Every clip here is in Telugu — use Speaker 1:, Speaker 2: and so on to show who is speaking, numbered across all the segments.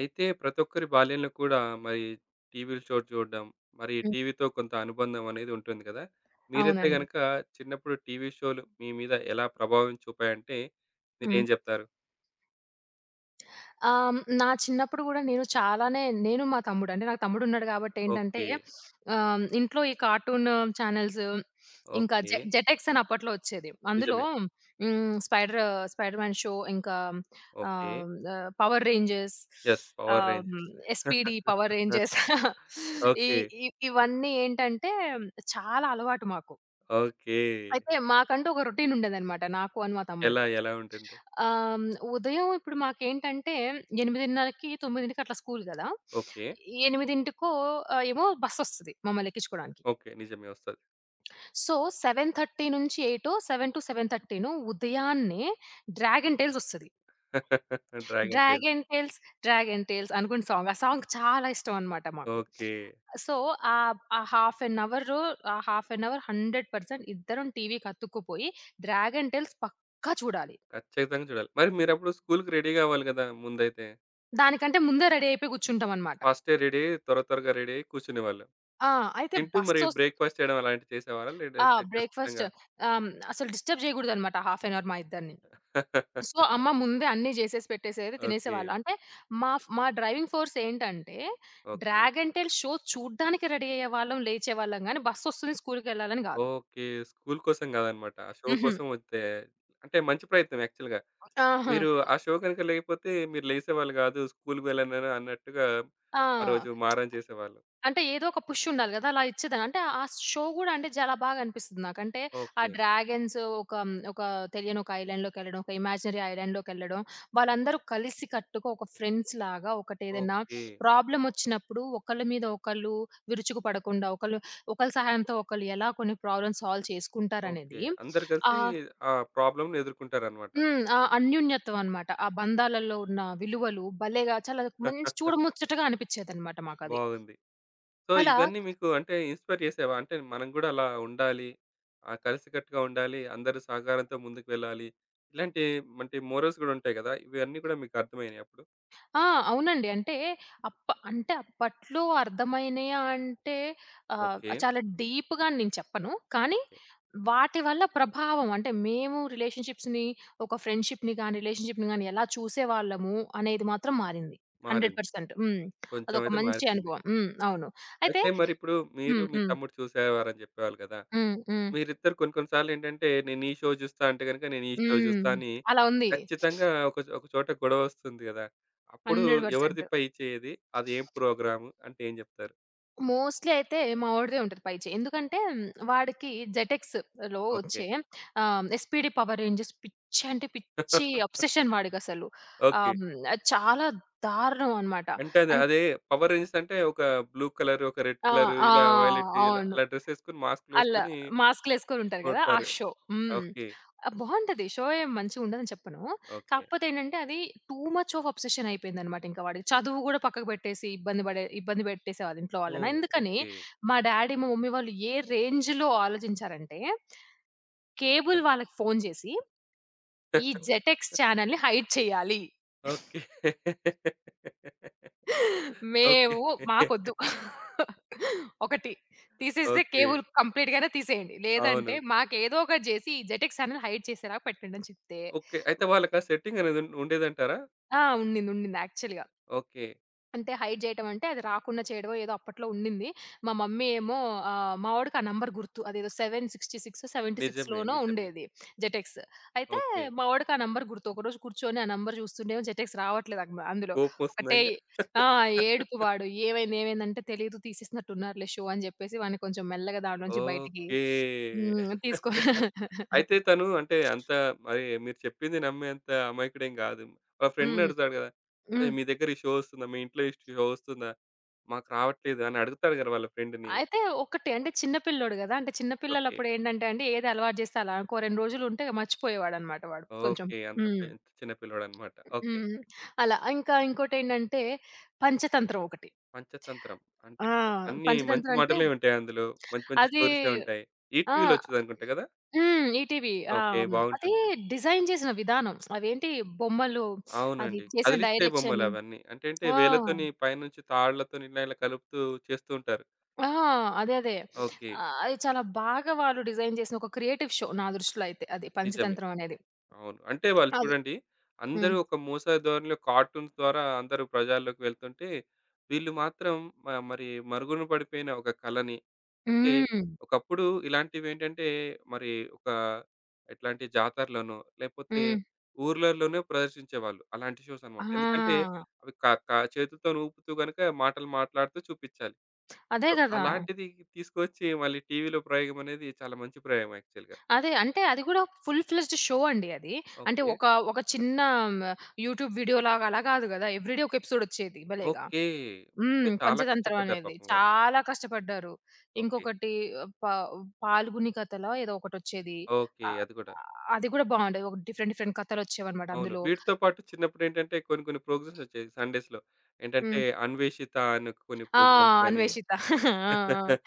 Speaker 1: అయితే ప్రతి ఒక్కరి బాల్యంలో కూడా మరి టీవీలు షో చూడడం, మరి
Speaker 2: హ్మ్.
Speaker 1: టీవీతో కొంత అనుబంధం అనేది ఉంటుంది కదా! మీరైతే
Speaker 2: అవునండి.
Speaker 1: గనక చిన్నప్పుడు టీవీ షోలు మీ మీద ఎలా ప్రభావం చూపాయంటే
Speaker 2: హ్మ్.
Speaker 1: మీరేం జెప్తారు?
Speaker 2: నా చిన్నప్పుడు గూడా నేను మా తమ్ముడు అంటే నాకు తమ్ముడున్నాడు గాబట్టేంటంటే
Speaker 1: ఓకే.
Speaker 2: ఇంట్లో ఈ కార్టూన్ ఛానెల్స్ ఇంకా
Speaker 1: ఓకే.
Speaker 2: జెటెక్స్ అని అప్పట్లో ఒచ్చేది. అందులో
Speaker 1: నిజమే.
Speaker 2: స్పైడర్ స్పైడర్ మ్యాన్ షో ఇంకా
Speaker 1: okay.
Speaker 2: Ah, ah, power rangers.
Speaker 1: Yes. 'Power
Speaker 2: ah, hmm.
Speaker 1: Rangers.'
Speaker 2: SPD power rangers. ఈ
Speaker 1: ఓకే.
Speaker 2: ఇ ఇవన్నీ ఏంటంటే చాలా అలవాటు మాకు.
Speaker 1: ఓకే.
Speaker 2: అయితే మాకంటూ ఒక రొటీన్ ఉండేదనమాట, నాకు మా
Speaker 1: ఎలా
Speaker 2: తమ్ముడికి.
Speaker 1: ఎలా ఉంటుంది?
Speaker 2: ఆహ్, హ్మ్, ఉదయం ఇప్పుడు మాకేంటంటే 8:30కి, 9కి అట్లా స్కూల్ గదా!
Speaker 1: ఓకే.
Speaker 2: 8కో ఏమో బస్సొస్తది మమ్మల్ని ఎక్కించుకోడానికి.
Speaker 1: ఓకే. నిజమే వస్తది.
Speaker 2: సో, 7:30 నుంచి ఎయిటో, 7-7:30నో ఉదయాన్నే 'డ్రాగన్ టైల్స్' ఒస్తది.
Speaker 1: 'Dragon tales.'
Speaker 2: 'Dragon tales, dragon tales' అనుకుంట సాంగ్. ఆ సాంగ్ చాలా ఇష్టం అన్నమాట మాకు.
Speaker 1: ఓకే.
Speaker 2: సో, ఆహ్, ఆ హాఫ్ అన్ అవరు ఆ హాఫ్ అన్ అవర్ 100% ఇద్దరం టీవీకి అతుక్కుపోయి 'డ్రాగన్ టేల్స్' పక్కా చూడాలి.
Speaker 1: ఖచ్చితంగా చూడాలి. మరి మీరప్పుడు స్కూలుకి రెడీ గావాలి గదా! ముందైతే?
Speaker 2: దానికంటే ముందే రెడీ అయిపోయి కూర్చుంటాం అన్నమాట.
Speaker 1: ఫాస్టే రెడీ అయ్యి, త్వర త్వరగా రెడీ అయ్యి కూర్చునేవాళ్ళం.
Speaker 2: ఆ! అయితే
Speaker 1: తింటూ మరి
Speaker 2: బస్సొస్
Speaker 1: బ్రేక్‌ఫాస్ట్ చేయడం అలాంటివి చేసేవారా?
Speaker 2: ఆ!
Speaker 1: లేదంటే ఖచ్చితంగా
Speaker 2: అసలు డిస్టర్బ్ చేయకూడదన్నమాట హాఫ్ అన్ అవర్ మా ఇద్దరిని. సో, అమ్మ ముందే అన్నీ జేసేసి పెట్టేసేది.
Speaker 1: ఓకే.
Speaker 2: తినేసేవాళ్ళు. అంటే మా డ్రైవింగ్ ఫోర్స్ ఏంటంటే,
Speaker 1: okay.
Speaker 2: Dragon tale show చూడ్డానికి రెడీ అయ్యేవాళ్ళం, లేచేవాళ్ళం గానీ, బస్సొస్తుంది స్కూలుకెళ్ళాలని గాదు.
Speaker 1: ఓకే. స్కూల్ కోసం కాదనమాట. ఆ షో
Speaker 2: హుహు.
Speaker 1: కోసం వస్తే అంటే మంచి ప్రయత్నం యాక్చువల్‌గా.
Speaker 2: ఆహా!
Speaker 1: మీరు ఆ షో గనుక లేకపోతే మీరు లేసేవాళ్ళు కాదు. స్కూల్‌కి వెళ్ళను అన్నట్టుగా
Speaker 2: ఆ!
Speaker 1: ఆ రోజు మారం చేసేవాళ్ళు.
Speaker 2: అంటే ఏదో ఒక పుష్ ఉండాలి గదా! అలా ఇచ్చేదాన్ని. అంటే ఆ షో గూడా అంటే చాలా బాగా అనిపిస్తుంది నాకు. అంటే ఆ
Speaker 1: ఓకే.
Speaker 2: డ్రాగన్స్ ఒక ఒక తెలియని ఒక ఐలాండ్‌లోకెళ్ళడం, ఒక ఇమాజినరీ ఐలాండ్‌లోకెళ్ళడం, వాళ్ళందరూ కలిసి కట్టుగా ఒక ఫ్రెండ్స్‌లాగా ఒకటేదైనా
Speaker 1: ఓకే.
Speaker 2: ప్రాబ్లమ్ ఒచ్చినప్పుడు ఒకళ్ళ మీద ఒకళ్ళు విరుచుకు పడకుండా, ఒకళ్ళు ఒకళ్ళ సహాయంతో ఒకళ్ళు ఎలా కొన్ని ప్రాబ్లమ్స్ సాల్వ్
Speaker 1: ఓకే.
Speaker 2: చేసుకుంటారనేది
Speaker 1: అందరూ కలిసి
Speaker 2: ఆహ్,
Speaker 1: ఆ ప్రాబ్లమ్‌ని ఎదుర్కొంటారనమాట.
Speaker 2: హ్మ్. ఆ అన్యోన్యత్వం అన్నమాట. ఆ బంధాలలో ఉన్న విలువలు భలేగా చాలా మంచి చూడముచ్చటగా అనిపిచ్చేదన్నమాట మాకది.
Speaker 1: బాగుంది. సో,
Speaker 2: అలా.
Speaker 1: ఇవన్నీ మీకు అంటే ఇన్‌స్పైర్ చేసేవా? అంటే మనం గూడా అలా ఉండాలి. కలిసికట్టుగా ఉండాలి. అందరి సహకారంతో ముందుకు వెళ్ళాలి. ఇలాంటి అంటే మోరల్స్ గూడా ఉంటాయి గదా! ఇవన్నీ గూడా మీకు అర్థమయినాయి అప్పుడు?
Speaker 2: ఆ! అవునండి. అంటే అంటే అప్పట్లో అర్థమైనయా అంటే
Speaker 1: ఓకే.
Speaker 2: చాలా డీప్‌గా అని నేను చెప్పను. కానీ
Speaker 1: ఓకే.
Speaker 2: వాటి వల్ల ప్రభావం అంటే మేము రిలేషన్‌షిప్స్‌ని, ఒక ఫ్రెండ్‌షిప్‌ని గాని, రిలేషన్‌షిప్‌ని గాని ఎలా చూసేవాళ్ళము అనేది మాత్రం మారింది.
Speaker 1: మారింది.
Speaker 2: 100%. హ్మ్.
Speaker 1: కొంచెం
Speaker 2: అదొక
Speaker 1: అయితే
Speaker 2: మంచి
Speaker 1: మారిపోయింది.
Speaker 2: అనుభవం. హ్మ్. అవును. అయితే
Speaker 1: అయితే మరిప్పుడు మీరు,
Speaker 2: హ్మ్.
Speaker 1: మీ
Speaker 2: హ్మ్.
Speaker 1: తమ్ముడు చూసేవారని జెప్పేవాళ్ళు గదా!
Speaker 2: హ్మ్. హ్మ్.
Speaker 1: మీరిద్దరు కొన్ని కొన్ని సార్లేంటంటే, "నేను ఈ షో జూస్తా" అంటే గనుక, "నేను ఈ షో
Speaker 2: హ్మ్.
Speaker 1: జూస్తా" అని
Speaker 2: అలా ఉంది.
Speaker 1: ఖచ్చితంగా ఒక చోట గొడవ వస్తుంది గదా! అప్పుడు ఎవరిది
Speaker 2: 100%.
Speaker 1: పై చేయేది? అదేం ప్రోగ్రాము అంటే ఏం జెప్తారు?
Speaker 2: మోస్ట్‌లీ అయితే మా వోడిదే ఉంటది పైచెయ్యి. ఎందుకంటే వాడికి జెటెక్స్‌లో
Speaker 1: ఓకే.
Speaker 2: వచ్చే ఎస్‌పీడీ పవర్ రేంజర్స్ పిచ్చి, అంటే పిచ్చి అబ్సెషన్ వాడికసలు.
Speaker 1: ఓకే.
Speaker 2: ఆహ్, హ్మ్. చాలా దారుణం అన్నమాట.
Speaker 1: అంటే
Speaker 2: అన్
Speaker 1: అదే పవర్ రేంజర్స్ అంటే ఒక బ్లూ కలర్, ఒక రెడ్
Speaker 2: ఆ!
Speaker 1: కలర్
Speaker 2: ఆ!
Speaker 1: ఇలా వైలెట్ ఇలా
Speaker 2: అవును.
Speaker 1: అలా డ్రెస్ ఏసుకొని
Speaker 2: అల్ల
Speaker 1: మాస్కులేసుకొని
Speaker 2: మాస్కులేసుకొనుంటారు గదా ఆ
Speaker 1: కొడతారు.
Speaker 2: షో! హ్మ్.
Speaker 1: ఓకే.
Speaker 2: బావుంటది. షో ఏం మంచిగుండదని చెప్పను.
Speaker 1: ఓకే.
Speaker 2: కాకపోతే ఏంటంటే, అది టూ మచ్ ఆఫ్ అబ్సెషన్ అయిపోయిందనమాట ఇంక వాడికి. చదువు గూడా పక్కకు బెట్టేసి ఇబ్బంది బెట్టేసేవాళ్ళు ఇంట్లో వాళ్ళని.
Speaker 1: ఓహ్!
Speaker 2: ఎందుకని,
Speaker 1: ఓకే.
Speaker 2: మా డ్యాడీ, మా మమ్మీ వాళ్ళు ఏ రేంజ్‌లో ఆలోచించారంటే, కేబుల్
Speaker 1: చెప్పండి.
Speaker 2: వాళ్ళకి ఫోను జేసి, ఈ జెటెక్స్ ఛానెల్‌ని హైడ్ చేయాలి.
Speaker 1: ఓకే. ఓకే.
Speaker 2: మేము మాకొద్దు. ఒకటి తీసేస్తే
Speaker 1: ఓకే.
Speaker 2: కేబుల్ కంప్లీట్‌గానే తీసేయండి.
Speaker 1: అవును.
Speaker 2: లేదంటే మాకేదో ఒకటి జేసి ఈ జెటెక్స్ ఛానల్ హైడ్ చేసేలాగా పెట్టండి అని చెప్తే
Speaker 1: ఓకే. అయితే వాళ్ళకా సెట్టింగ్ అనేది ఉండేదంటారా?
Speaker 2: ఆ! ఉండింది యాక్చువల్‌గా.
Speaker 1: ఓకే.
Speaker 2: అంటే హైడ్ జేయటం అంటే, అది రాకుండా చేయడమో ఏదో అప్పట్లో ఉండింది. మా మమ్మీ ఏమో మా వోడికి ఆ నంబర్ గుర్తు. అదేదో 766,
Speaker 1: నిజమే.
Speaker 2: 76లోనో
Speaker 1: నిజమే.
Speaker 2: ఉండేది జెటెక్స్. అయితే
Speaker 1: ఓకే.
Speaker 2: మా వోడికి ఆ నంబర్ గుర్తు. ఒకరోజు కూర్చొని ఆ నంబర్ చూస్తుంటేమో జెటెక్స్ రావట్లేదు అందులో.
Speaker 1: కోపమొస్తుందా
Speaker 2: ఒకటే
Speaker 1: ఇంగ?
Speaker 2: ఆ! ఏడుపు వాడు. "ఏమైంది? ఏమైందంటే తెలీదు, తీసేసినట్టున్నారులే షో" అని జెప్పేసి వాడిని కొంచెం మెల్లగా దాంట్లోంచి బయటికి
Speaker 1: ఓకే.
Speaker 2: తీసుకో
Speaker 1: అయితే తను అంటే అంత మరి మీరు చెప్పింది నమ్మేంత అమాయకుడేం గాదు. వాళ్ళ ఫ్రెండ్‌ని
Speaker 2: హ్మ్.
Speaker 1: అడుగుతాడు గదా! "అరే!
Speaker 2: హ్మ్.
Speaker 1: మీ దగ్గర ఈ షో ఒస్తుందా? మీ ఇంట్లో ఈ షో ఒస్తుందా? మాకు రావట్లేదు" అని అడుగుతాడు గదా! వాళ్ళ ఫ్రెండ్‌ని.
Speaker 2: అయితే ఒకటి, అంటే చిన్న పిల్లోడు గదా! అంటే చిన్న
Speaker 1: ఓకే.
Speaker 2: పిల్లలప్పుడు ఏంటంటే అండి, ఏది అలవాటు జేస్తే అలా ఇంకో 2 రోజులు ఉంటే మర్చిపోయేవాడనమాట వాడు కొంచెం.
Speaker 1: ఓకే. అంత పె
Speaker 2: హ్మ్.
Speaker 1: ఇంత చిన్న పిల్లోడన్నమాట. ఓకే.
Speaker 2: హ్మ్. అలా. ఇంకా ఇంకోటేంటంటే పంచతంత్రం ఒకటి.
Speaker 1: పంచతంత్రం అంటే
Speaker 2: ఆ!
Speaker 1: అన్నీ మంచి
Speaker 2: పంచతంత్రం అంటే
Speaker 1: మాటలే ఉంటాయి అందులో. మంచి మంచి
Speaker 2: అది.
Speaker 1: స్టోరీసే ఉంటాయి.
Speaker 2: ఆ!
Speaker 1: ఈటీవీలో ఒచ్చేదనుకుంటా గదా!
Speaker 2: హ్మ్. ఈటీవీ. ఆ!
Speaker 1: ఓకే.
Speaker 2: హ్మ్. అది
Speaker 1: బాగుంటుంది.
Speaker 2: డిజైన్ చేసిన విధానం, అవేంటి బొమ్మలు, అది
Speaker 1: అవునండి.
Speaker 2: చేసిన
Speaker 1: కదిలిచ్చే
Speaker 2: డైరెక్షన్.
Speaker 1: బొమ్మలవన్నీ. అంటే అంటే
Speaker 2: ఆ!
Speaker 1: వేళ్ళతోని పైనుంచి తాళ్ళతోని ఇలా ఇలా కలుపుతూ చేస్తూ ఉంటారు.
Speaker 2: ఆ! అదే. అదే.
Speaker 1: ఓకే.
Speaker 2: అది చాలా బాగా వాళ్ళు డిజైన్ చేసిన ఒక క్రియేటివ్ షో నా దృష్టిలో అయితే అది,
Speaker 1: నిజమే.
Speaker 2: 'పంచతంత్రం' అనేది.
Speaker 1: అవును. అంటే వాళ్ళు
Speaker 2: అది.
Speaker 1: చూడండి,
Speaker 2: హ్మ్.
Speaker 1: అందరూ ఒక మోస ధోరణిలో కార్టూన్స్ ద్వారా అందరూ ప్రజల్లోకి వెళ్తుంటే, వీళ్ళు మాత్రం మరి మరుగున పడిపోయిన ఒక కళని అంటే
Speaker 2: హ్మ్.
Speaker 1: ఒకప్పుడు ఇలాంటివేంటంటే మరి ఒక ఎట్లాంటి జాతరలోనో, లేపోతే
Speaker 2: హ్మ్.
Speaker 1: ఊర్లలోనో ప్రదర్శించేవాళ్ళు. అలాంటి షోస్ అనమాట. ఎందుకంటే
Speaker 2: ఆ!
Speaker 1: అవి క క చేతులతోని ఊపుతూ గనుక మాటలు మాట్లాడుతూ చూపిచ్చాలి.
Speaker 2: అదే
Speaker 1: సో,
Speaker 2: గదా!
Speaker 1: అలాంటిది తీసుకొచ్చి మళ్ళీ టీవీలో ప్రయోగం అనేది చాలా మంచి ప్రయోగం యాక్చువల్‌గా.
Speaker 2: అదే. అంటే అది గూడా ఫుల్ ఫ్లెడ్జ్డ్ షో అండి అది. అంటే
Speaker 1: ఓకే.
Speaker 2: ఒక, చిన్న యూట్యూబ్ వీడియో లాగా అలా గాదు గదా! ఎవ్రీడే ఒక ఎపిసోడ్ వచ్చేది భలేగా.
Speaker 1: ఓకే. అంటే
Speaker 2: హ్మ్.
Speaker 1: చాలా
Speaker 2: 'పంచతంత్రం'
Speaker 1: కష్టపడ్డారు
Speaker 2: అనేది.
Speaker 1: పాపం వాళ్ళు.
Speaker 2: చాలా కష్టపడ్డారు.
Speaker 1: ఓకే.
Speaker 2: ఇంకొకటి పా 'పాల్గుని కథలో' ఏదో ఒకటొచ్చేది.
Speaker 1: ఓకే.
Speaker 2: ఆహ్,
Speaker 1: అది గూడా.
Speaker 2: అది గూడా బావుండేది. ఒక డిఫరెంట్, డిఫరెంట్ కథలొచ్చేవన్నమాట
Speaker 1: అవును.
Speaker 2: అందులో.
Speaker 1: వీటితో పాటు చిన్నప్పుడేంటంటే కొన్ని కొన్ని ప్రోగ్రామ్స్ వచ్చేవి సండేస్‌లో. ఏంటంటే
Speaker 2: హ్మ్.
Speaker 1: 'అన్వేషిత' అని కొన్ని
Speaker 2: ఆ!
Speaker 1: ప్రోగ్రామ్స్ గాని
Speaker 2: 'అన్వేషిత.' ఆ! ఆ!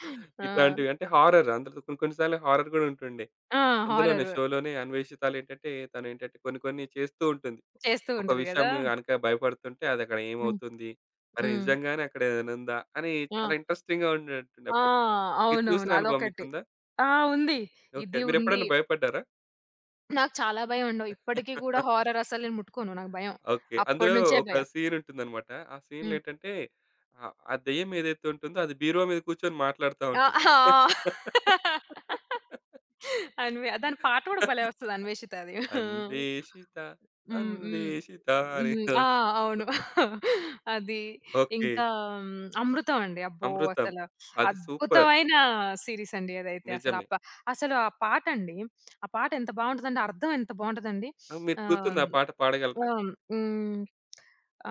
Speaker 2: ఆ!
Speaker 1: ఇట్లాంటివి అంటే హారర్ అందులో కొన్ని కొన్ని సార్లు హారర్ గూడా ఉంటుండే.
Speaker 2: ఆ!
Speaker 1: అందులోనే
Speaker 2: హారరు
Speaker 1: షోలోనే 'అన్వేషితలో' ఏంటంటే తనేంటంటే కొన్ని కొన్ని చేస్తూ ఉంటుంది.
Speaker 2: చేస్తూ
Speaker 1: ఒక
Speaker 2: ఉంటది
Speaker 1: విషయం
Speaker 2: గదా!
Speaker 1: గనక భయపడుతుంటే అదక్కడ
Speaker 2: హ్మ్.
Speaker 1: ఏమవుతుంది? మరి
Speaker 2: హ్మ్.
Speaker 1: నిజంగానే అక్కడ ఏదైనా ఉందా? అని
Speaker 2: ఆ!
Speaker 1: చాలా ఇంట్రెస్టింగ్‌గా ఉండేటుండే
Speaker 2: ఆ!
Speaker 1: అప్పట్లో. మీరు
Speaker 2: అవునవును.
Speaker 1: చూసిన అనుభవం
Speaker 2: అదొకటి.
Speaker 1: మీకుందా?
Speaker 2: ఆ! ఉంది.
Speaker 1: ఓకే.
Speaker 2: ఇది ఉంది.
Speaker 1: మీరెప్పుడైనా భయపడ్డారా?
Speaker 2: నాకు చాలా భయమండి. ఇప్పటికి గూడా హారర్ అసలు నేను ముట్టుకోను. నాకు భయం.
Speaker 1: ఓకే. అందులో
Speaker 2: అప్పటి నుంచే
Speaker 1: ఒక
Speaker 2: భయం.
Speaker 1: సీన్ ఉంటుందనమాట. ఆ సీన్‌లో
Speaker 2: హ్మ్.
Speaker 1: ఏంటంటే ఆ దెయ్యం ఏదైతే ఉంటుందో అది బీరువా మీద కూర్చొని మాట్లాడుతా
Speaker 2: ఆ!
Speaker 1: ఉంటుంది.
Speaker 2: ఆ! దాని పాట గూడా భలే వస్తది, 'అన్వేషితది.'
Speaker 1: అన్వేషిత,
Speaker 2: హ్మ్. హ్మ్.
Speaker 1: అన్వేషిత అని
Speaker 2: హ్మ్. ఆ! అవును. అది.
Speaker 1: ఓకే.
Speaker 2: ఇంకా హ్మ్, 'అమృతం' అండి. అబ్బో!
Speaker 1: అమృతం. అది సూపర్.
Speaker 2: అద్భుతమైన సీరీస్ అండి అదైతే.
Speaker 1: నిజమే.
Speaker 2: అసలు ఆ పాటండి, ఆ పాట ఎంత బావుంటదంటే, అర్థం ఎంత బావుంటదండి.
Speaker 1: ఆ! మీకు గుర్తుందా
Speaker 2: ఆహ్,
Speaker 1: ఆ పాట పాడగలరా?
Speaker 2: ఆహ్, హ్మ్.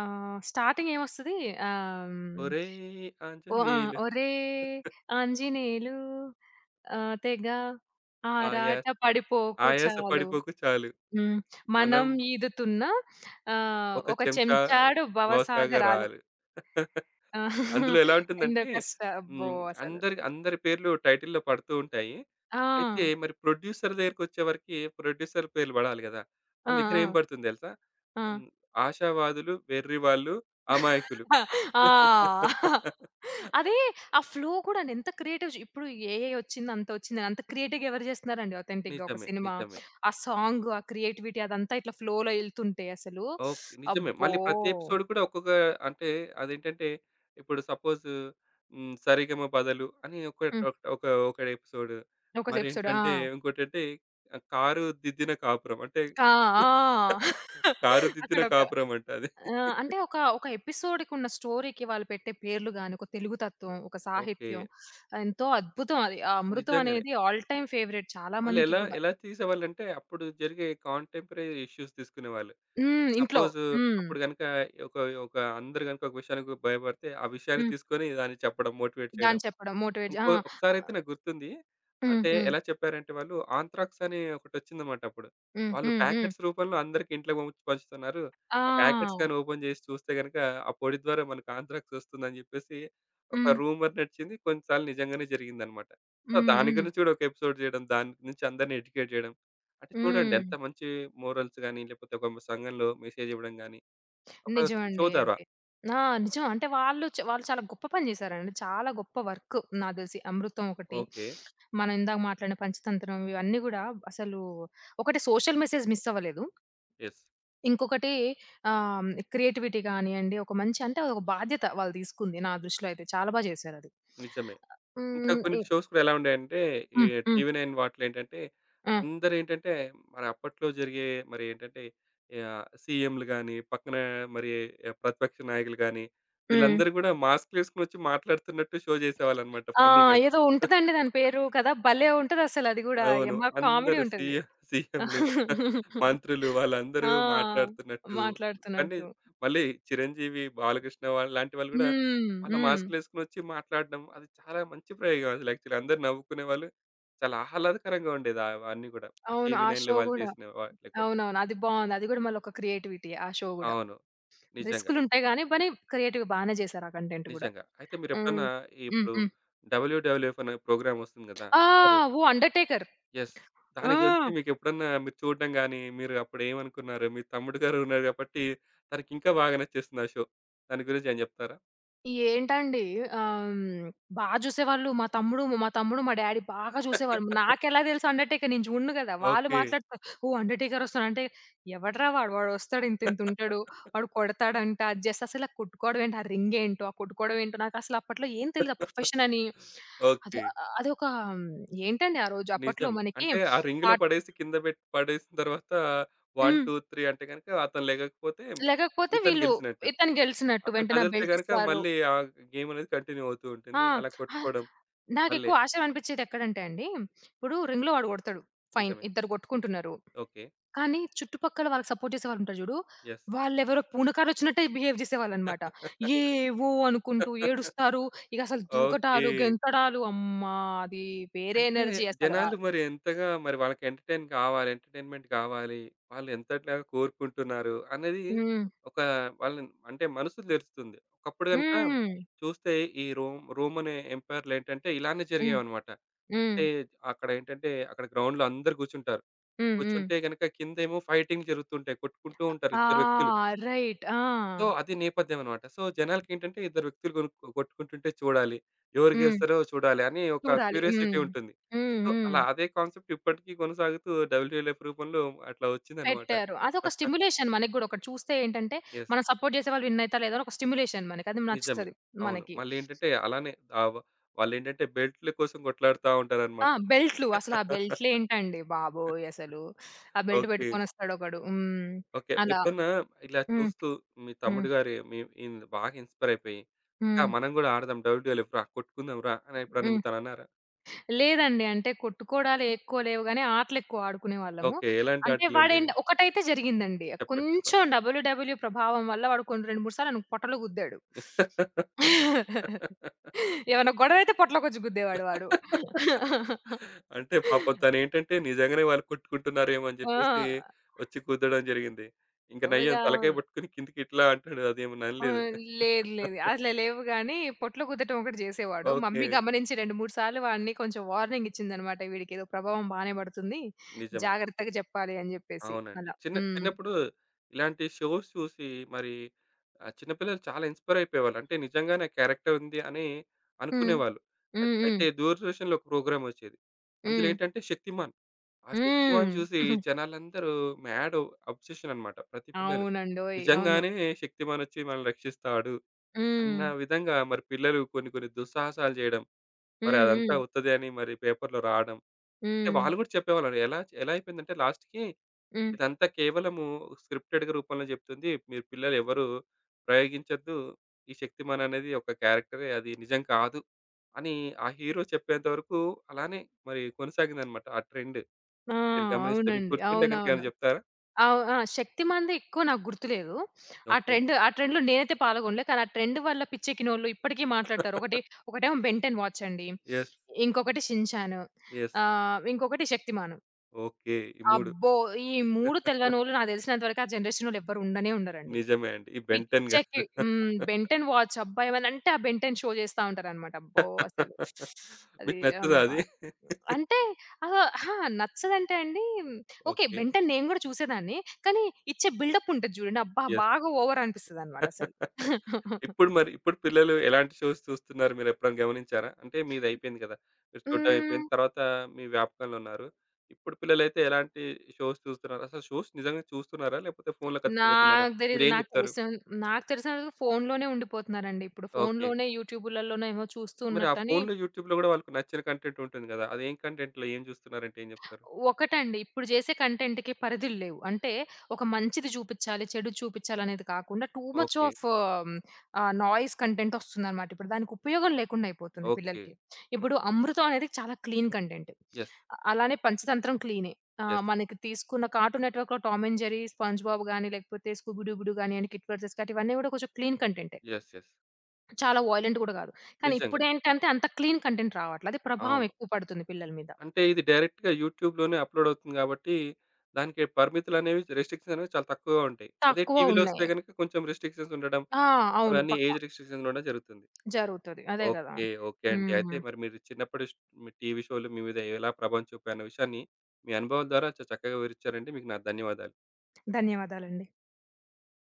Speaker 2: ఆహ్, స్టార్టింగ్ ఏమొస్తది ఆహ్,
Speaker 1: ఒరేయ్
Speaker 2: ఓ ఆ!
Speaker 1: ఆంజనేయులు
Speaker 2: ఒరేయ్ ఆంజనేయులు తెగ
Speaker 1: ఆయాస
Speaker 2: ఆరాట పడిపోకు
Speaker 1: ఆయాస
Speaker 2: చాలు.
Speaker 1: పడిపోకు చాలు.
Speaker 2: హ్మ్.
Speaker 1: మనం
Speaker 2: మనం ఈదుతున్న
Speaker 1: ఒక
Speaker 2: ఒక
Speaker 1: చెంచా
Speaker 2: చెంచాడు భవసాగరాలు.
Speaker 1: భవసాగరాలు.
Speaker 2: ఆ!
Speaker 1: అందులో ఎలా
Speaker 2: ఎంతో
Speaker 1: ఉంటుందంటే
Speaker 2: అబ్బో
Speaker 1: హ్మ్.
Speaker 2: అసలు!
Speaker 1: అందరి అందరి పేర్లు టైటిల్‌లో పడుతూ ఉంటాయి.
Speaker 2: ఆ!
Speaker 1: అయితే మరి ప్రొడ్యూసర్ దగ్గరికొచ్చేవరకి ప్రొడ్యూసర్ పేర్లు పడాలి గదా!
Speaker 2: ఆ!
Speaker 1: వాళ్ళ దగ్గర ఏం
Speaker 2: ఆ!
Speaker 1: పడుతుంది తెలుసా?
Speaker 2: ఆ!
Speaker 1: హ్మ్. ఆశావాదులు, వెర్రివాళ్ళు, అమాయకులు.
Speaker 2: ఆ! అదే. ఆ ఫ్లో గూడండి ఎంత క్రియేటివ్! ఇప్పుడు ఏఐ వచ్చింది అంత వచ్చిందని అంత క్రియేటివ్‌గా ఎవరు జేస్తున్నారండి ఆథెంటిక్‌గా ఒక
Speaker 1: నిజమే.
Speaker 2: సినిమా.
Speaker 1: నిజమే.
Speaker 2: ఆ సాంగ్, ఆ క్రియేటివిటీ అదంతా ఇట్లా ఫ్లోలో ఎళ్తుంటే అసలు,
Speaker 1: ఓకే. నిజమే.
Speaker 2: అబ్బో!
Speaker 1: మళ్ళీ ప్రతి ఎపిసోడ్ కూడా ఒక్కొక్క అంటే అదేంటంటే ఇప్పుడు సపోజ్ హ్మ్. 'సరిగమ బదలు' అని ఒక
Speaker 2: హ్మ్.
Speaker 1: ఒక ఒక ఎపిసోడ్.
Speaker 2: ఒక ఎపిసోడ్. ఆ!
Speaker 1: మరేంటంటే ఇంకోటంటే 'కారు దిద్దిన కాపురం' అంటే
Speaker 2: ఆ! ఆ!
Speaker 1: కారు దిద్దిన
Speaker 2: అక్కడొక
Speaker 1: కాపురం అంట అది.
Speaker 2: ఆ! అంటే ఒక, ఎపిసోడ్‌కున్న స్టోరీకి వాళ్ళు పెట్టే పేర్లు గాని, ఒక తెలుగు తత్వం, ఒక
Speaker 1: ఓకే.
Speaker 2: సాహిత్యం ఎంతో అద్భుతం అది. ఆ అమృతం
Speaker 1: నిజంగానే.
Speaker 2: అనేది ఆల్ టైమ్ ఫేవరెట్ చాలా
Speaker 1: వాళ్ళు
Speaker 2: మందికి
Speaker 1: ఎలా
Speaker 2: గూడా.
Speaker 1: ఎలా తీసేవాళ్ళంటే అప్పుడు జరిగే కాంటెంపరరీ ఇష్యూస్ తీసుకునేవాళ్ళు.
Speaker 2: హ్మ్. ఇంట్లో.
Speaker 1: సపోజ్
Speaker 2: హ్మ్.
Speaker 1: అప్పుడు గనుక ఒక ఒక అందరూ గనుక ఒక విషయానికి భయపడితే ఆ విషయాన్ని
Speaker 2: హ్మ్.
Speaker 1: తీసుకొని దాన్ని చెప్పడం మోటివేట్ చేయడం.
Speaker 2: దాన్ని చెప్పడం మోటివేట్ జే
Speaker 1: ఇంకో
Speaker 2: ఆ!
Speaker 1: ఒకసారైతే
Speaker 2: ఆహ్,
Speaker 1: నాకు గుర్తుంది.
Speaker 2: హ్మ్.
Speaker 1: అంటే
Speaker 2: హ్మ్.
Speaker 1: ఎలా చెప్పారంటే వాళ్ళు ఆంత్రాక్స్ అని ఒకటొచ్చిందన్నమాట అప్పుడు.
Speaker 2: హ్మ్.
Speaker 1: వాళ్ళు
Speaker 2: హ్మ్. హ్మ్.
Speaker 1: ప్యాకెట్స్ రూపంలో అందరికి ఇంట్లోకి పంపించి పంచుతున్నారు. ఆ ప్యాకెట్స్
Speaker 2: ఆ!
Speaker 1: గాని ఓపెన్ చేసి చూస్తే గనుక ఆ పొడి ద్వారా మనకు ఆంత్రాక్స్ వస్తుందని చెప్పేసి ఒక
Speaker 2: హ్మ్.
Speaker 1: రూమర్ నడిచింది. కొన్నిసార్లు నిజంగానే జరిగిందన్నమాట. సో,
Speaker 2: హ్మ్.
Speaker 1: దాని
Speaker 2: హ్మ్.
Speaker 1: గురించి కూడా ఒక ఎపిసోడ్ చేయడం. దాని గురించి అందరిని ఎడ్యుకేట్ చేయడం. అంటే చూడండి
Speaker 2: హ్మ్.
Speaker 1: ఎంత మంచి మోరల్స్ గాని, లేకపోతే ఒక సంఘంలో మెసేజ్ ఇవ్వడం గాని, ఒక షో
Speaker 2: నిజమండి
Speaker 1: ద్వారా.
Speaker 2: అది. ఆ! నిజం. అంటే వాళ్ళు చాలా గొప్ప పని జేశారండి. చాలా గొప్ప వర్క్ నాకు దెలిసి. 'అమృతం' ఒకటి,
Speaker 1: ఓకే.
Speaker 2: మనం ఇందాక మాట్లాడిన 'పంచతంత్రం', ఇవన్నీ గూడా అసలు ఒకటి, సోషల్ మెసేజ్ మిస్ అవ్వలేదు.
Speaker 1: యెస్.
Speaker 2: ఇంకొకటి క్రియేటివిటీ గానియండి, ఒక మంచి, అంటే అదొక బాధ్యత వాళ్ళు తీసుకుంది నా దృష్టిలో అయితే. చాలా బా జేశారది.
Speaker 1: నిజమే. ఇంకా
Speaker 2: హ్మ్.
Speaker 1: కొన్ని షోస్ కూడా ఎలా ఉండేయంటే, ఈ
Speaker 2: హ్మ్. హ్మ్.
Speaker 1: టీవీ నైన్ వాటిలో ఏంటంటే,
Speaker 2: ఆ!
Speaker 1: అందరేంటంటే మరి అప్పట్లో జరిగే మరి ఏంటంటే సీఎంలు గాని, పక్కన మరి ఆ, ప్రతిపక్ష నాయకులు గాని,
Speaker 2: హ్మ్.
Speaker 1: వీళ్ళందరూ కూడా మాస్కులేసుకొనొచ్చి మాట్లాడుతున్నట్టు షో చేసేవాళ్ళన్నమాట
Speaker 2: ఆ!
Speaker 1: ఫన్నీగా.
Speaker 2: ఏదో ఉంటదండి దాని పేరు కదా! భలే ఉంటదసలది గూడా.
Speaker 1: అవును.
Speaker 2: యమ్మ కామెడీ
Speaker 1: అందరూ
Speaker 2: ఉంటది.
Speaker 1: సీఎంలు, మంత్రులు వాళ్ళందరూ
Speaker 2: ఆ!
Speaker 1: మాట్లాడుతున్నట్టు కానీ
Speaker 2: మాట్లాడుతున్నట్టు.
Speaker 1: మళ్ళీ చిరంజీవి, బాలకృష్ణ వాళ్ళు లాంటి వాళ్ళు గూడా
Speaker 2: హ్మ్.
Speaker 1: వాళ్ళ
Speaker 2: హ్మ్.
Speaker 1: మాస్కులేసుకొనొచ్చి మాట్లాడడం అది చాలా మంచి ప్రయోగం అసలు యాక్చువల్‌గా. అందరూ నవ్వుకునేవాళ్ళు. చాలా ఆహ్లాదకరంగా ఉండేది ఆ- అవన్నీ గూడా.
Speaker 2: అవును.
Speaker 1: టీవీ
Speaker 2: ఆ
Speaker 1: నైన్‌లో
Speaker 2: షో
Speaker 1: వాళ్ళు
Speaker 2: గూడా.
Speaker 1: చేసిన వాటిలో కూడా.
Speaker 2: అవునవును. అది బావుంది. అది గూడా మళ్ళొక క్రియేటివిటీయే ఆ షో గూడా.
Speaker 1: అవును. నిజంగా.
Speaker 2: రిస్కులుంటాయి గానీ, పని క్రియేటివ్‌గా బానే చేశారు ఆ కంటెంట్ గూడా.
Speaker 1: నిజంగా. అయితే
Speaker 2: హ్మ్.
Speaker 1: మీరెప్పుడన్నా
Speaker 2: హ్మ్.
Speaker 1: ఇప్పుడు
Speaker 2: హ్మ్.
Speaker 1: 'డబ్ల్యూడబ్ల్యూఎఫ్' అనే ప్రోగ్రామ్ వస్తుంది గదా!
Speaker 2: ఆ! ఓహ్, 'అండర్‌టేకర్'!
Speaker 1: యెస్. దాని గురించి
Speaker 2: ఆ!
Speaker 1: మీకెప్పుడన్నా మీరు చూడడం గాని, మీరు అప్పుడేమనుకున్నారు? మీ తమ్ముడు గారు ఉన్నారు కాబట్టి, తనకింకా బాగా నచ్చేస్తుంది ఆ షో. దాని గురించి ఏమైనా చెప్తారా?
Speaker 2: ఏంటండి ఆహ్, హ్మ్. బా జూసేవాళ్ళు. మా తమ్ముడు, మా డ్యాడీ బాగా జూసేవాళ్ళు. నాకెలా తెలుసు అండర్‌టేకర్? నేను జూడను గదా! వాళ్ళు
Speaker 1: ఓకే.
Speaker 2: మాట్లాడుతారు. ఓహ్, అండర్‌టేకర్ ఒస్తాడు అంటే ఎవడ్రా వాడు? వాడొస్తాడు, ఇంతింతుంటాడు, వాడు కొడతాడంట. అది జస్ట్ అసలు, ఆ కొట్టుకోవడం ఏంటి? ఆ రింగ్ ఏంటో? ఆ కొట్టుకోవడం ఏంటో? నాకసలు అప్పట్లో ఏం తెలీదు ఆ ప్రొఫెషన్ అని. అదో
Speaker 1: ఓకే.
Speaker 2: అదొక, ఏంటండి ఆ రోజు అప్పట్లో
Speaker 1: నిజం.
Speaker 2: మనకి.
Speaker 1: అంటే ఆ రింగ్‌లో
Speaker 2: ఆట్
Speaker 1: పడేసి కింద పెట్టి పడేసిన తర్వాత
Speaker 2: హ్మ్.
Speaker 1: 1, 2, 3 అంటే గనక అతను లెగకపోతే
Speaker 2: లేకపోతే
Speaker 1: ఇతను
Speaker 2: వీళ్ళు
Speaker 1: గెలిచినట్టు.
Speaker 2: ఇతను గెలిసినట్టు
Speaker 1: అతను
Speaker 2: వెంటనే ఆ
Speaker 1: కదిలితే
Speaker 2: బెల్ట్
Speaker 1: గనక
Speaker 2: ఇస్తారు.
Speaker 1: మళ్ళీ ఆ గేమ్ అనేది కంటిన్యూ అవుతూ
Speaker 2: ఆ!
Speaker 1: ఉంటుంది. అలా
Speaker 2: అహా!
Speaker 1: కొట్టుకోవడం మళ్ళీ
Speaker 2: నాకెక్కువ ఆశ్చర్యం అనిపిచ్చేదెక్కడంటే అండి, ఇప్పుడు రింగ్‌లో వాడు కొడతాడు. ఫైన్.
Speaker 1: నిజమే.
Speaker 2: ఇద్దరు కొట్టుకుంటున్నారు.
Speaker 1: ఓకే.
Speaker 2: కానీ చుట్టుపక్కల వాళ్ళకి సపోర్ట్ చేసేవాళ్ళుంటారు జూడు,
Speaker 1: యెస్.
Speaker 2: వాళ్ళెవరో పూనకాలొచ్చినట్టే బిహేవ్ జేసేవాళ్ళనమాట. ఏవో అనుకుంటూ ఏడుస్తారు. ఇక అసలు
Speaker 1: ఓకే.
Speaker 2: దూకటాలు, గెంతడాలు అమ్మా! అది వేరే
Speaker 1: అంటే
Speaker 2: ఎనర్జీ అసలు.
Speaker 1: జనాలు మరి ఎంతగా మరి వాళ్ళకి ఎంటర్‌టైన్ కావాలి, ఎంటర్‌టైన్‌మెంట్ గావాలి. వాళ్ళు ఎంతగా కోరుకుంటున్నారు అనేది
Speaker 2: హ్మ్.
Speaker 1: ఒక వాళ్ళని అంటే మనసుకు తెలుస్తుంది. ఒకప్పుడు గనుక
Speaker 2: హ్మ్.
Speaker 1: చూస్తే ఈ రోమన్ ఎంపైర్‌లు ఏంటంటే ఇలానే
Speaker 2: హ్మ్.
Speaker 1: జరిగేవన్నమాట.
Speaker 2: హ్మ్.
Speaker 1: అంటే అక్కడ గ్రౌండ్‌లో అందరూ కూర్చుంటారు.
Speaker 2: హ్మ్. హ్మ్.
Speaker 1: కూర్చుంటే గనుక కిందేమో ఫైటింగ్ జరుగుతుంటాయి. కొట్టుకుంటూ ఉంటారు
Speaker 2: ఆ!
Speaker 1: ఇద్దరు వ్యక్తులు.
Speaker 2: రైట్. ఆ!
Speaker 1: సో, అది నేపథ్యం అనమాట. సో, జనాలకేంటంటే ఇద్దరు వ్యక్తులు కొట్టుకుంటుంటే చూడాలి. ఎవరు
Speaker 2: హ్మ్.
Speaker 1: గెలుస్తారో చూడాలి అని ఒక
Speaker 2: చూడాలి. హ్మ్.
Speaker 1: క్యూరియాసిటీ ఉంటుంది.
Speaker 2: హ్మ్.
Speaker 1: సో,
Speaker 2: హ్మ్.
Speaker 1: అలా అదే కాన్సెప్ట్ ఇప్పటికీ కొనసాగుతూ డబ్ల్యూఎల్ఎఫ్ రూపంలో అట్లా వచ్చిందనమాట.
Speaker 2: పెట్టారు. అదొక స్టిమ్యులేషన్ మనకి గూడా, ఒకటి చూస్తే ఏంటంటే,
Speaker 1: యెస్.
Speaker 2: మనం సపోర్ట్ జేసేవాళ్ళు విన్ అయితారా లేదా అని ఒక స్టిమ్యులేషన్ మనకి. అది
Speaker 1: నిజమే.
Speaker 2: నచ్చుతది
Speaker 1: అవును.
Speaker 2: మనకి.
Speaker 1: మళ్ళేంటంటే అలానే ఆవ వాళ్ళేంటంటే బెల్ట్‌ల కోసం కొట్లాడుతా
Speaker 2: ఆ!
Speaker 1: ఉంటారనమాట.
Speaker 2: బెల్ట్‌లు, అసలు ఆ బెల్ట్‌లేంటండి బాబోయ్ అసలు! ఆ బెల్ట్
Speaker 1: ఓకే.
Speaker 2: పెట్టుకొనొస్తాడొకడు. హ్మ్.
Speaker 1: ఓకే.
Speaker 2: అలా.
Speaker 1: ఎప్పుడన్నా ఇలా
Speaker 2: హ్మ్.
Speaker 1: చూస్తూ మీ
Speaker 2: హ్మ్.
Speaker 1: తమ్ముడు గారు మీ బాగా ఇన్‌స్పైర్ అయిపోయి, "అక్క
Speaker 2: హ్మ్.
Speaker 1: మనం గూడా ఆడదాం డబ్ల్యూఎల్ఎఫ్ రా కొట్టుకుందాం రా" అని ఎప్పుడన్నా
Speaker 2: హ్మ్.
Speaker 1: మీతోనన్నారా?
Speaker 2: లేదండి. అంటే కొట్టుకోడాలు ఎక్కువ లేవు గానీ, ఆటలెక్కువ ఆడుకునేవాళ్ళము.
Speaker 1: ఓకే. ఎలాంటి
Speaker 2: అంటే
Speaker 1: ఆటలుండేవి?
Speaker 2: వాడేంటి ఒకటైతే జరిగిందండి.
Speaker 1: చెప్పండి. చెప్పండి.
Speaker 2: కొంచెం డబ్ల్యూడబ్ల్యూ ప్రభావం వల్ల వాడు కొన్ని 2, 3 సార్లు నన్ను పొట్టలో గుద్దాడు. ఏమన్నా గొడవైతే పొట్టలోకొచ్చి గుద్దేవాడు వాడు.
Speaker 1: అంటే పాపం తనేంటంటే నిజంగానే వాళ్ళు కొట్టుకుంటున్నారేమో అని జెప్పేసి
Speaker 2: ఆ!
Speaker 1: వచ్చి గుద్దడం జరిగింది. ఇంక
Speaker 2: ఇగ
Speaker 1: నయ్యం తలకాయ పట్టుకొని కిందకి ఇట్లా అంటాడు. అదేమన్నా
Speaker 2: ఆ!
Speaker 1: అనలేదు.
Speaker 2: లేదు, లేదు. అట్లా లేవు గానీ, పొట్లో గుద్దటం ఒకటి జేసేవాడు.
Speaker 1: ఓకే.
Speaker 2: మమ్మీ గమనించి 2, 3 సార్లు వాడిని కొంచెం వార్నింగ్ ఇచ్చిందనమాట, వీడికేదో ప్రభావం బానే పడుతుంది,
Speaker 1: నిజమే.
Speaker 2: జాగ్రత్తగా చెప్పాలి అని జెప్పేసి
Speaker 1: అవునండి.
Speaker 2: అలా. హ్మ్.
Speaker 1: చిన్నప్పుడు ఇలాంటి షోస్ చూసి మరి చిన్న పిల్లలు చాలా ఇన్‌స్పైర్ అయిపోయేవాళ్ళు. అంటే నిజంగానే ఆ క్యారెక్టర్ ఉంది అని
Speaker 2: హ్మ్.
Speaker 1: అనుకునేవాళ్ళు.
Speaker 2: హ్మ్. హ్మ్.
Speaker 1: అయితే దూరదర్శన్‌లో ఒక ప్రోగ్రామొచ్చేది. అందులో
Speaker 2: హ్మ్.
Speaker 1: ఏంటంటే 'శక్తిమాన్.' ఆ
Speaker 2: హ్మ్.
Speaker 1: 'శక్తిమాన్' చూసి జనాలందరూ మ్యాడ్ అబ్సెషన్ అన్నమాట. ప్రతి పిల్లలు.
Speaker 2: అవునండోయ్! అవును.
Speaker 1: నిజంగానే 'శక్తిమాన్' వచ్చి మనల్ని రక్షిస్తాడు
Speaker 2: హ్మ్.
Speaker 1: అన్న విధంగా మరి పిల్లలు కొన్ని కొన్ని దుస్సాహసాలు చేయడం, మరి
Speaker 2: హ్మ్.
Speaker 1: అదంతా
Speaker 2: హ్మ్.
Speaker 1: ఉత్తదే అని మరి పేపర్‌లో రావడం. అంటే
Speaker 2: హ్మ్.
Speaker 1: వాళ్ళు కూడా చెప్పేవాళ్ళు ఎలా ఎలా అయిపోయిందంటే లాస్ట్‌కి
Speaker 2: హ్మ్.
Speaker 1: ఇదంతా కేవలము స్క్రిప్టెడ్‌గా రూపంలో చెప్తుంది. మీరు పిల్లలు ఎవరు ప్రయోగించొద్దు. ఈ 'శక్తిమాన్' అనేది ఒక క్యారెక్టరే అది నిజం కాదు అని ఆ హీరో చెప్పేంత వరకు అలానే మరి కొనసాగిందన్నమాట ఆ ట్రెండ్.
Speaker 2: ఆ!
Speaker 1: మీరు గమనిస్తే మీకు
Speaker 2: అవునండి.
Speaker 1: గుర్తుంటే గనుక
Speaker 2: అవునవును.
Speaker 1: ఏమైనా చెప్తారా?
Speaker 2: ఆ! 'శక్తిమాన్‌ది' ఎక్కువ నాకు గుర్తులేదు.
Speaker 1: ఓకే.
Speaker 2: ఆ ట్రెండ్‌లో నేనైతే పాల్గొనలే. కానీ ఆ ట్రెండ్ వల్ల పిచ్చెక్కినోళ్ళు ఇప్పటికి మాట్లాడతారు. ఒకటేమో 'బెన్‌టెన్' వాచ్ అండి.
Speaker 1: యెస్.
Speaker 2: ఇంకొకటి 'షిన్‌చాన్.'
Speaker 1: యెస్.
Speaker 2: ఇంకొకటి 'శక్తిమాన్.'
Speaker 1: ఓకే. ఈ 3
Speaker 2: అబ్బో! ఈ 3 తెలవనోళ్ళు నాకు తెలిసినంత వరకు ఆ జనరేషనోళ్ళు ఎవ్వరు ఉండనే ఉండరండి.
Speaker 1: నిజమే అండి. ఈ బెన్ 10 గారు.
Speaker 2: పిచ్చెక్కి. 'బెన్ టెన్' వాచ్, అబ్బా! ఏమనంటే ఆ 'బెన్ టెన్' షో జేస్తా ఉంటారనమాట. అబ్బో అసలు! అది
Speaker 1: మీకు నచ్చదా
Speaker 2: అమ్మా!
Speaker 1: అది?
Speaker 2: అంటే ఆహ్, అహా! నచ్చదంటే అండి, ఓకే.
Speaker 1: ఓకే.
Speaker 2: 'బెన్ టెన్' నేను గూడా చూసేదాన్ని. కానీ ఇచ్చే బిల్డప్ ఉంటది జూడండి. అబ్బా!
Speaker 1: యెస్.
Speaker 2: బాగా ఓవర్ అనిపిస్తదనమాట అసలు.
Speaker 1: ఇప్పుడు పిల్లలు ఎలాంటి షోస్ చూస్తున్నారు మీరెప్పుడైనా గమనించారా? అంటే మీది అయిపోయింది కదా! మీరు చూడడం
Speaker 2: హ్మ్.
Speaker 1: అయిపోయింది. తర్వాత మీ వ్యాపకంలో ఉన్నారు. ఇప్పుడు పిల్లలైతే ఎలాంటి షోస్ చూస్తున్నారు? అసలు షోస్ నిజంగా చూస్తున్నారా? లేకపోతే ఫోన్‌లో కతికిపోతున్నారా?
Speaker 2: నాకు తెలీదు.
Speaker 1: మీరేం చెప్తారు?
Speaker 2: నాకు తెలిసిన వరకు ఫోనులోనే ఉండిపోతున్నారండి ఇప్పుడు.
Speaker 1: ఓకే.
Speaker 2: ఫోనులోనే యూట్యూబులలోనేమో చూస్తూ
Speaker 1: మరి ఆ
Speaker 2: ఉన్నట్టని.
Speaker 1: ఫోన్‌లో, యూట్యూబ్‌లో గూడా వాళ్ళకి నచ్చిన కంటెంట్ ఉంటుంది గదా! అదేం కంటెంట్‌లో ఏం జూస్తున్నారంటే ఏం జెప్తారు?
Speaker 2: ఒకటండి, ఇప్పుడు జేసే కంటెంట్‌కి పరిధులు లేవు. అంటే ఒక మంచిది చూపిచ్చాలి, చెడు చూపిచ్చాలనేది కాకుండా too much
Speaker 1: okay.
Speaker 2: Of noise content వస్తుందనమాట. ఇప్పుడు దానికి ఉపయోగం లేకుండా అయిపోతుంది
Speaker 1: ఓకే.
Speaker 2: పిల్లలకి. ఇప్పుడు 'అమృతం' అనేది చాలా క్లీన్ కంటెంట్.
Speaker 1: యెస్.
Speaker 2: అలానే 'పంచతంత్రం' క్లీనే.
Speaker 1: యెస్.
Speaker 2: మనకి తీసుకున్న కార్టూన్ నెట్‌వర్క్‌లో 'Tom and Jerry', 'SpongeBob' గాని, లేకపోతే 'స్కూబీ డూబీ డూ' గానియండి, 'కిట్ వర్సెస్ క్యాట్', ఇవన్నీ గూడా కొంచెం క్లీన్ కంటెంటే.
Speaker 1: యెస్. యెస్.
Speaker 2: చాలా వయలెంట్ గూడా గాదు. కానీ
Speaker 1: నిజంగా.
Speaker 2: ఇప్పుడేంటంటే అంత క్లీన్ కంటెంట్ రావట్ల. అది ప్రభావం
Speaker 1: అవును.
Speaker 2: ఎక్కువ పడుతుంది పిల్లల మీద.
Speaker 1: అంటే ఇది డైరెక్ట్‌గా యూట్యూబ్‌లోనే అప్‌లోడ్ అవుతుంది గాబట్టి, దానికి పరిమితులనేవి, రెస్ట్రిక్షన్స్ అనేవి చాలా తక్కువగా ఉంటాయి. అదే
Speaker 2: తక్కువ
Speaker 1: టీవీలో వస్తే
Speaker 2: ఉన్నాయి.
Speaker 1: గనుక కొంచెం రెస్ట్రిక్షన్స్ ఉండడం,
Speaker 2: ఆ! అవును,
Speaker 1: అవన్నీ
Speaker 2: పక్కా
Speaker 1: ఏజ్ రెస్ట్రిక్షన్స్ ఉండడం జరుగుతుంది.
Speaker 2: జరుగుతది. అదే గదా!
Speaker 1: ఓకే. ఓకే అండి.
Speaker 2: హ్మ్.
Speaker 1: అయితే మరి మీరు చిన్నప్పుడు మీ టీవీ షోలు మీ మీద ఎలా ప్రభావం చూపాయి అన్న విషయాన్ని, మీ అనుభవాల ద్వారా చాలా చక్కగా వివరిచ్చారండి. మీకు నా ధన్యవాదాలు.
Speaker 2: ధన్యవాదాలండి.